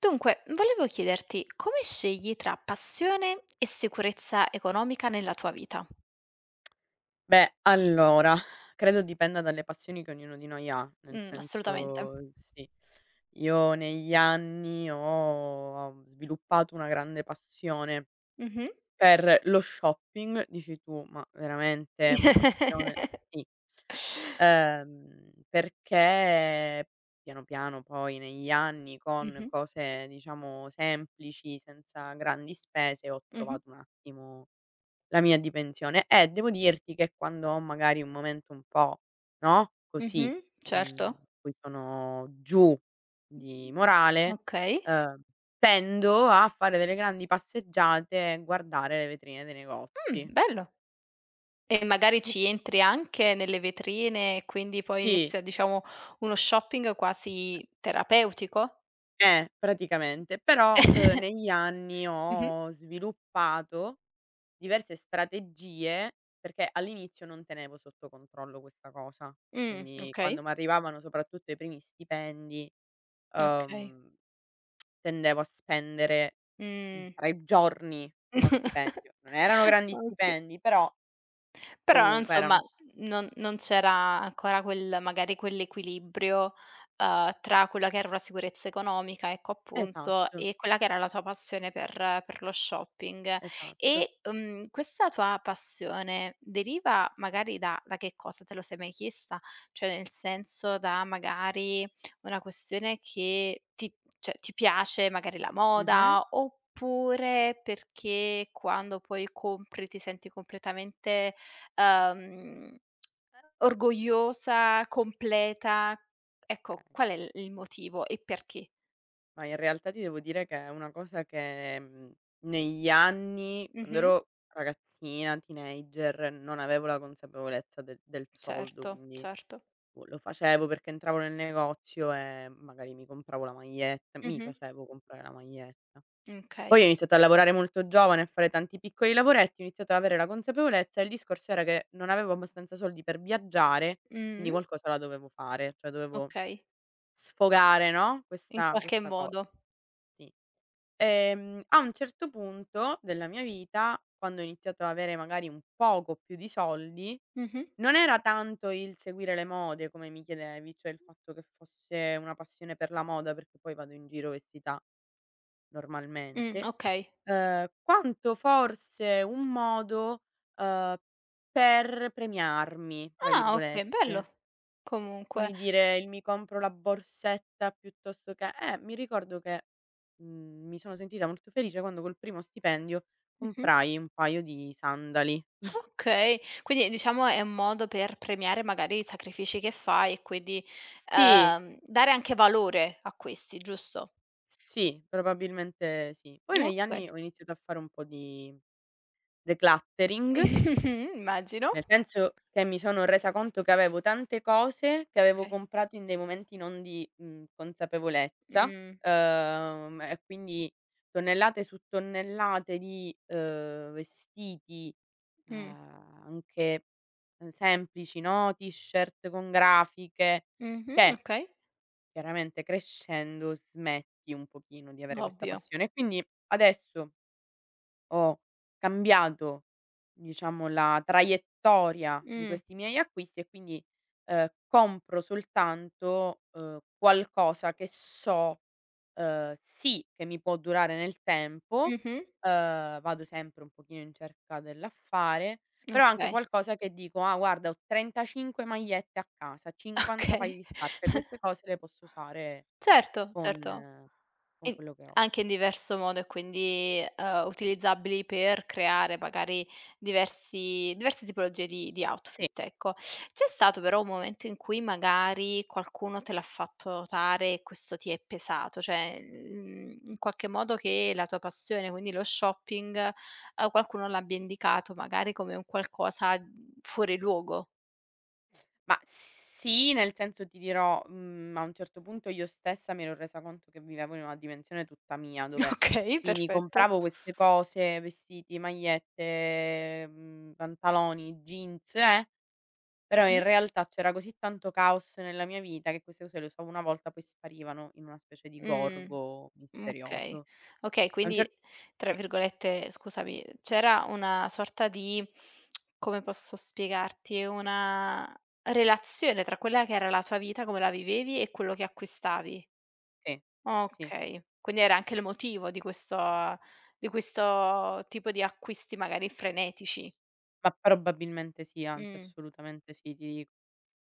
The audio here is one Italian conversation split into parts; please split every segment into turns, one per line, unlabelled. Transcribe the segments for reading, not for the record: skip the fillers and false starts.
Dunque, volevo chiederti come scegli tra passione e sicurezza economica nella tua vita?
Beh, allora, credo dipenda dalle passioni che ognuno di noi ha, nel
Assolutamente.
senso sì, io negli anni ho sviluppato una grande passione
Mh-mh.
per lo shopping, dici tu, ma veramente una passione sì, perché piano piano poi negli anni con
Mh-mh.
cose, diciamo, semplici, senza grandi spese, ho
Mh-mh.
trovato un attimo la mia di pensione. E devo dirti che quando ho magari un momento un po', no, così,
Mh-mh. Certo.
in cui sono giù di morale,
Okay.
ehm, tendo a fare delle grandi passeggiate e guardare le vetrine dei negozi.
Bello. E magari ci entri anche nelle vetrine e quindi poi
Sì,
inizia, diciamo, uno shopping quasi terapeutico?
praticamente. Però, negli anni
Mh-mh.
ho sviluppato diverse strategie, perché all'inizio non tenevo sotto controllo questa cosa, quindi quando
Okay,
m'arrivavano soprattutto i primi stipendi,
okay.
uhm, tendevo a spendere in
Mh.
3 giorni uno
Oka
stipendio. Non erano grandi stipendi, però
Però
comunque
insomma
erano
non c'era ancora quel magari quell'equilibrio, tra quella che era una sicurezza economica, ecco appunto,
esatto,
e quella che era la tua passione per lo shopping.
esatto.
E, questa tua passione deriva magari da che cosa? Te lo sei mai chiesta? Cioè nel senso da magari una questione che ti cioè ti piace magari la
Mh-mh.
moda, oppure perché quando poi compri ti senti completamente Uhm, orgogliosa, completa.
Okay.
Ecco, qual è il motivo e perché?
Ma in realtà ti devo dire che è una cosa che, negli anni, quando
Mh-mh.
ero ragazzina, teenager, non avevo la consapevolezza del soldo,
Certo,
quindi
certo.
o lo facevo perché entravo nel negozio e magari mi compravo la maglietta, mi
Mh-mh.
facevo comprare la maglietta.
Okay.
Poi ho iniziato a lavorare molto giovane, a fare tanti piccoli lavoretti, ho iniziato ad avere la consapevolezza e il discorso era che non avevo abbastanza soldi per viaggiare, quindi
Mh.
qualcosa la dovevo fare, cioè dovevo
Okay.
sfogare, no,
In
questa
qualche
questa cosa,
modo.
sì. A un certo punto della mia vita, quando ho iniziato a avere magari un poco più di soldi
Mh-mh.
non era tanto il seguire le mode, come mi chiedevi, cioè il fatto che fosse una passione per la moda, perché poi vado in giro vestita normalmente,
Okay.
quanto forse un modo, uhm, per "premiarmi" tra
Ah, okay, bello
virgolette.
comunque.
Quindi dire: "Il mi compro la borsetta piuttosto che" mi ricordo che, mi sono sentita molto felice quando col primo stipendio
Mh-mh.
comprai un paio di sandali.
Okay. Quindi diciamo è un modo per premiare magari i sacrifici che fai e quindi,
Sì.
dare anche valore a questi, giusto?
Sì, probabilmente sì. Poi negli anni
Okay.
ho iniziato a fare un po' di decluttering,
Immagino.
nel senso che mi sono resa conto che avevo tante cose che avevo
Okay.
comprato in dei momenti non di, consapevolezza,
Mh,
e quindi tonnellate su tonnellate di, vestiti,
mh,
anche, semplici, no, t-shirt con grafiche
mh-mh,
che
okay,
chiaramente crescendo smetti un pochino di avere questa
ovvio.
passione. Quindi adesso ho cambiato, diciamo, la traiettoria di
Mh,
questi miei acquisti e quindi, compro soltanto, qualcosa che so, sì che mi può durare nel tempo,
mh-mh,
vado sempre un pochino in cerca dell'affare, però anche
okay,
qualcosa che dico: "Ah guarda ho 35 magliette a casa, 50 paia
okay.
di scarpe, queste cose le posso usare"
Certo, certo.
Con con
In
quello che ho.
Anche in diverso modo e quindi, utilizzabili per creare magari diversi diverse tipologie di
Sì,
outfit, ecco. C'è stato però un momento in cui magari qualcuno te l'ha fatto notare e questo ti è pesato, cioè, in qualche modo che la tua passione, quindi lo shopping, qualcuno l'abbia indicato magari come un qualcosa, fuori luogo.
ma sì, nel senso ti dirò, a un certo punto io stessa mi ero resa conto che vivevo in una dimensione tutta mia, dove
Okay,
sì, mi
perfetto.
compravo queste cose, vestiti, magliette, pantaloni, jeans, però in
Mh-mh.
realtà c'era così tanto caos nella mia vita che queste cose le usavo una volta, poi sparivano in una specie di
Mh.
gorgo
Okay.
misterioso.
Okay,
A un
quindi
cer
tra
Sì,
virgolette scusami, c'era una sorta di come posso spiegarti, una relazione tra quella che era la tua vita, come la vivevi e quello che acquistavi.
sì, sì,
Okay, quindi era anche il motivo di questo tipo di acquisti magari frenetici.
ma probabilmente sì, anzi
Mh.
assolutamente sì, ti dico.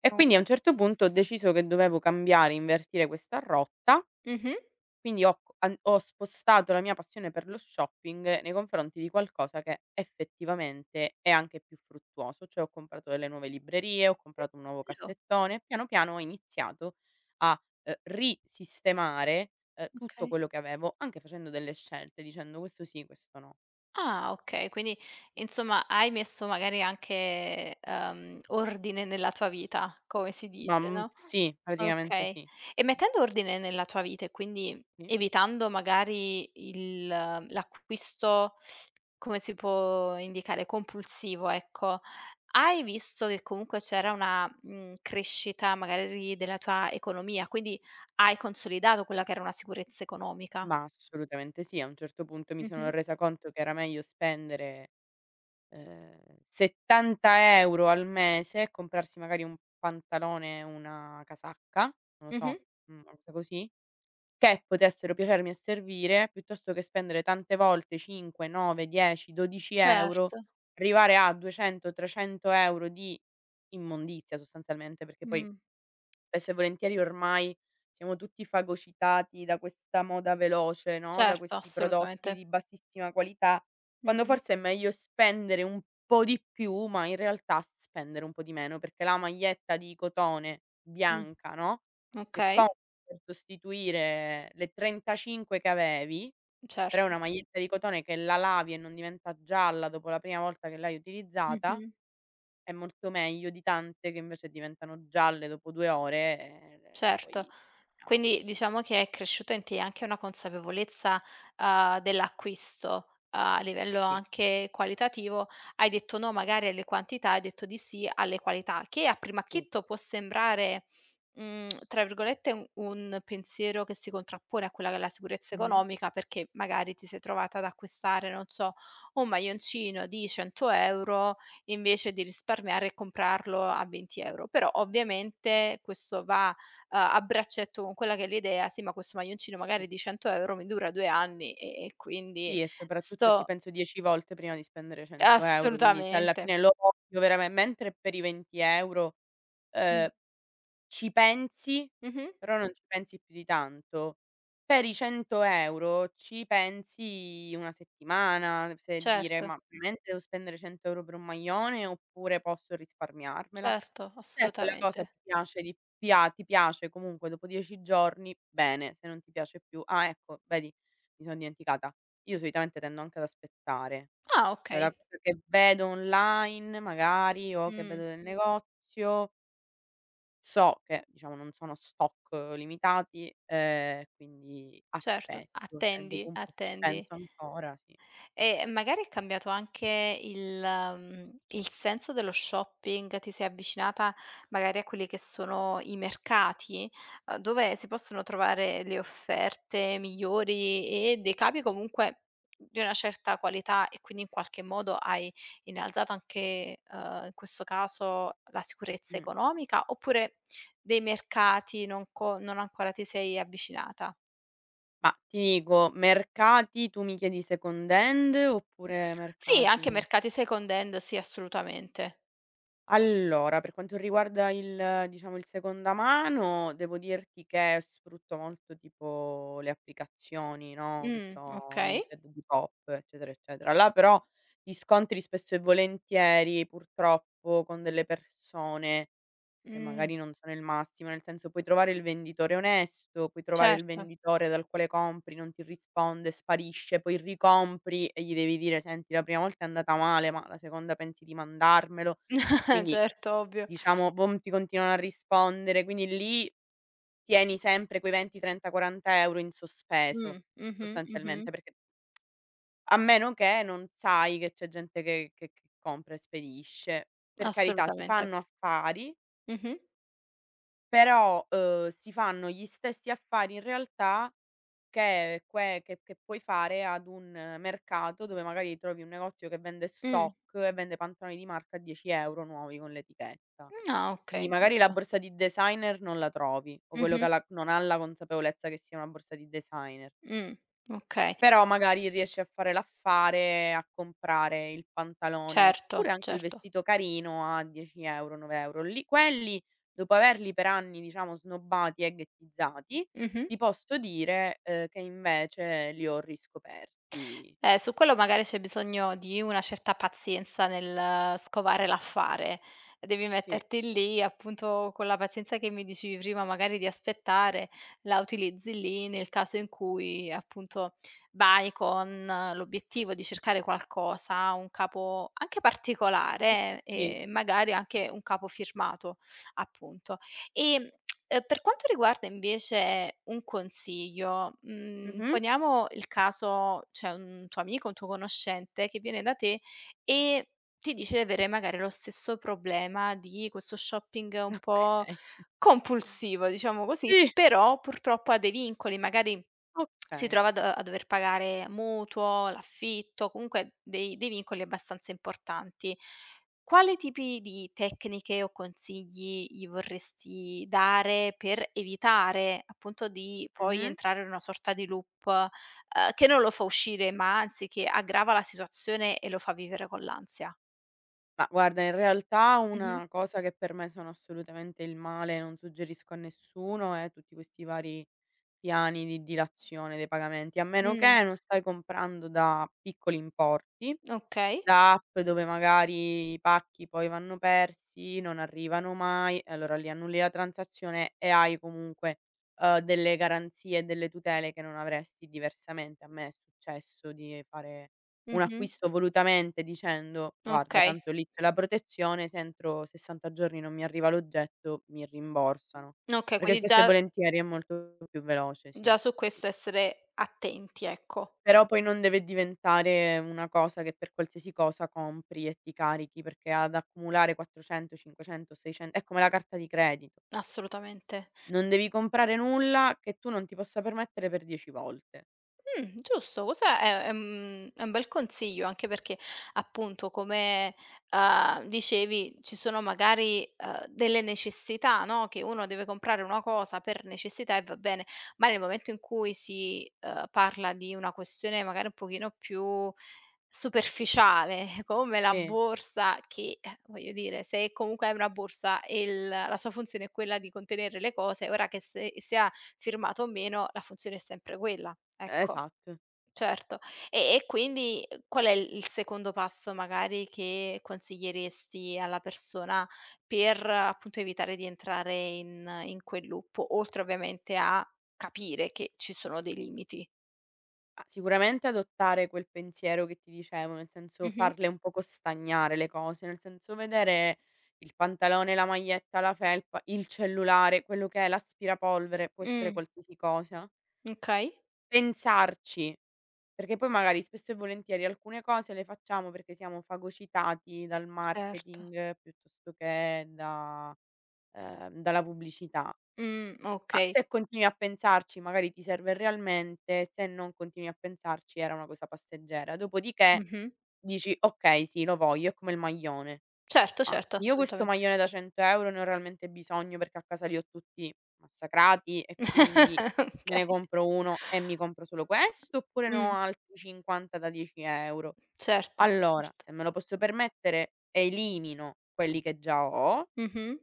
E
O
quindi a un certo punto ho deciso che dovevo cambiare, invertire questa rotta,
Mh-mh.
quindi ho c an ho spostato la mia passione per lo shopping nei confronti di qualcosa che effettivamente è anche più fruttuoso, cioè ho comprato delle nuove librerie, ho
Mh,
comprato un nuovo
bello,
cassettone e piano piano ho iniziato a, risistemare, tutto
okay.
quello che avevo, anche facendo delle scelte, dicendo: "Questo sì, questo no".
Ah, okay, quindi insomma hai messo magari anche, ordine nella tua vita, come si
Ma,
dice, no,
sì, praticamente
okay.
sì.
E mettendo ordine nella tua vita e quindi
Sì.
evitando magari il l'acquisto, come si può indicare, compulsivo, ecco, hai visto che comunque c'era una, crescita magari della tua economia, quindi hai consolidato quella che era una sicurezza economica.
Ma assolutamente sì. A un certo punto mi sono
Mh-mh.
resa conto che era meglio spendere, 70 € al mese e comprarsi magari un pantalone e una casacca, non lo so,
Mh-mh.
una cosa così, che potessero piacermi e servire, piuttosto che spendere tante volte 5, 9, 10, 12 €,
Certo.
arrivare a 200, 300 € di immondizia sostanzialmente, perché poi
Mh.
spesso e volentieri ormai siamo tutti fagocitati da questa moda veloce, no, da
Certo,
questi prodotti
assolutamente.
di bassissima qualità, quando
Mh-mh.
forse è meglio spendere un po' di più, ma in realtà spendere un po' di meno, perché la maglietta di cotone
Mh.
bianca, no, che
Okay,
compri per sostituire le 35 che avevi, però è
certo.
una maglietta di cotone che la lavi e non diventa gialla dopo la prima volta che l'hai utilizzata
Mh-mh.
è molto meglio di tante che invece diventano gialle dopo 2 ore e le
Certo.
puoi buttare.
Quindi diciamo che è cresciuta in te anche una consapevolezza, dell'acquisto a livello
Sì,
anche qualitativo. Hai detto no magari alle quantità, hai detto di sì alle qualità, che a primo
sì.
acchitto può sembrare, tra virgolette un pensiero che si contrappone a quella che è la sicurezza
Mh-mh.
economica, perché magari ti sei trovata ad acquistare, non so, un maglioncino di 100 € invece di risparmiare e comprarlo a 20 €. Però ovviamente questo va a braccetto con quella che è l'idea: "Sì, ma questo maglioncino magari
Sì.
di 100 € mi dura 2 anni e quindi
Sì, e soprattutto ci
sto"
penso 10 volte prima di spendere 100 €, quindi se alla
assolutamente.
fine lo voglio verame mentre per i 20 €,
Mh.
ehm, ci pensi,
Mh-mh.
però non ci pensi più di tanto. Per i 100 € ci pensi una settimana, se dire:
Certo,
"Ma veramente devo spendere 100 € per un maglione oppure posso risparmiarmela?"
certo,
Se quella cosa ti
assolutamente.
piace di pia ti piace comunque dopo 10 giorni, bene, se non ti piace più ah ecco, vedi, mi sono dimenticata. Io solitamente tendo anche ad aspettare,
Ah
cioè la
okay.
cosa che vedo online magari o che
Mh.
vedo nel negozio, so che diciamo non sono stock limitati, quindi
Certo.
aspetto, se
Attendi,
dopo un po' ci
attendi.
penso ancora, sì.
E magari è cambiato anche il senso dello shopping? Ti sei avvicinata magari a quelli che sono i mercati, dove si possono trovare le offerte migliori e dei capi comunque di una certa qualità e quindi in qualche modo hai innalzato anche, in questo caso la sicurezza
Mh.
economica, oppure dei mercati non ancora ti sei avvicinata?
Ma ti dico, mercati tu mi chiedi second hand oppure
Sì, anche
mercati.
mercati second hand, sì assolutamente.
Allora, per quanto riguarda il diciamo il seconda mano, devo dirti che sfrutto molto tipo le applicazioni, no, che so,
Okay.
Vinted, Depop, eccetera, eccetera. Là però ti scontri spesso e volentieri, purtroppo, con delle persone che
Mh,
magari non sono il massimo, nel senso puoi trovare il venditore onesto, puoi trovare il
certo,
venditore dal quale compri, non ti risponde, sparisce, poi ricompri e gli devi dire: "Senti, la prima volta è andata male, ma la seconda pensi di mandarmelo?" E quindi
certo, ovvio.
diciamo, boom, ti continuano a rispondere, quindi lì tieni sempre quei 20, 30, 40 € in sospeso,
Mh-mh,
sostanzialmente,
mh-mh,
perché a meno che non sai che c'è gente che compra e spedisce. Per carità, si
assolutamente.
fanno affari,
Mh-mh.
però, si fanno gli stessi affari in realtà che que che puoi fare ad un mercato dove magari trovi un negozio che vende
Mh.
stock e vende pantaloni di marca a 10 € nuovi con l'etichetta.
Ah,
Quindi
okay,
magari la
giusto.
borsa di designer non la trovi, o quello che ha
Mh-mh.
la non ha la consapevolezza che sia una borsa di designer,
Mh, okay.
però magari riesce a fare l'affare, a comprare il pantalone,
Certo,
oppure anche il
certo.
vestito carino a 10 €, 9 €. Lì quelli, dopo averli per anni, diciamo, snobbati e ghettizzati,
Mh-mh.
ti posso dire, che invece li ho riscoperti
Su quello magari c'è bisogno di una certa pazienza nel scovare l'affare. Devi
sì,
metterti lì, appunto, con la pazienza che mi dicevi prima magari di aspettare, la utilizzi lì nel caso in cui, appunto, vai con l'obiettivo di cercare qualcosa, un capo anche
sì,
particolare
sì.
e magari anche un capo firmato, appunto. Ehm, per quanto riguarda invece un consiglio,
Mh-mh.
poniamo il caso c'è un tuo amico, un tuo conoscente che viene da te e ti dice di avere magari lo stesso problema di questo shopping un po'
Okay.
compulsivo, diciamo così,
Sì,
però purtroppo ha dei vincoli, magari si
okay.
trova a do a dover pagare mutuo, l'affitto, comunque dei vincoli abbastanza importanti. Quali tipi di tecniche o consigli gli vorresti dare per evitare, appunto, di poi
Mh-mh.
entrare in una sorta di loop, che non lo fa uscire, ma anzi che aggrava la situazione e lo fa vivere con l'ansia?
Ma guarda, in realtà
Mh-mh.
una cosa che per me sono assolutamente il male, non suggerisco a nessuno, è tutti questi vari piani di dilazione dei pagamenti, a meno
Mh.
che non stai comprando da piccoli importi,
Okay.
da app dove magari i pacchi poi vanno persi, non arrivano mai, e allora lì annulli la transazione e hai comunque, delle garanzie e delle tutele che non avresti diversamente. A me è successo di fare un
Mh-mh.
acquisto volutamente dicendo: "Guarda
Okay.
tanto lì c'è la protezione, se entro 60 giorni non mi arriva l'oggetto mi rimborsano."
Okay,
Perché
quindi
spesso e volentieri è molto più veloce, sì,
già su
sì.
questo essere attenti, ecco,
Però poi non deve diventare una cosa che per qualsiasi cosa compri e ti carichi, perché ad accumulare 400, 500, 600 è come la carta di credito.
assolutamente.
Non devi comprare nulla che tu non ti possa permettere per 10 volte.
Giusto, questo è un bel consiglio, anche perché appunto come, dicevi ci sono magari, delle necessità, no, che uno deve comprare una cosa per necessità e va bene, ma nel momento in cui si, parla di una questione magari un pochino più superficiale come la
Sì,
borsa che, voglio dire, se comunque hai una borsa e il la sua funzione è quella di contenere le cose, ora che se sia firmato o meno la funzione è sempre quella, ecco.
esatto.
Certo. E quindi qual è il secondo passo magari che consiglieresti alla persona per, appunto, evitare di entrare in quel loop, oltre ovviamente a capire che ci sono dei limiti?
Ah, sicuramente adottare quel pensiero che ti dicevo, nel senso
Mh-mh.
farle un poco stagnare le cose, nel senso vedere il pantalone, la maglietta, la felpa, il cellulare, quello che è l'aspirapolvere, può essere
Mh,
qualsiasi cosa.
okay,
Pensarci. Perché poi magari spesso e volentieri alcune cose le facciamo perché siamo fagocitati dal
certo.
marketing piuttosto che da dalla pubblicità. Ma
Okay.
se continui a pensarci magari ti serve realmente, se non continui a pensarci era una cosa passeggera. Dopodiché
Mh-mh.
dici: "Okay, sì, lo voglio", è come il maglione.
Certo,
Ma
certo,
io questo
assolutamente.
maglione da 100 € ne ho realmente bisogno perché a casa li ho tutti massacrati e quindi me ne
Okay.
compro 1 e mi compro solo questo, oppure ne ho
Mh,
altri 50 da 10 €.
certo,
Allora,
certo.
se me lo posso permettere elimino quelli che già ho
Mh-mh.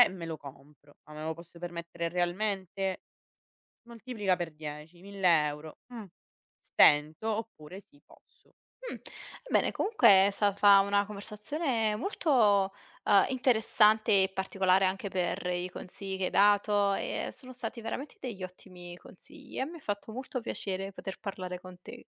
e me lo compro, ma me lo posso permettere realmente? Moltiplica per 10, 1000 €. Mh, stento oppure sì, posso.
Mh, bene, comunque è stata una conversazione molto, interessante e particolare anche per i consigli che hai dato e sono stati veramente degli ottimi consigli e mi ha fatto molto piacere poter parlare con te.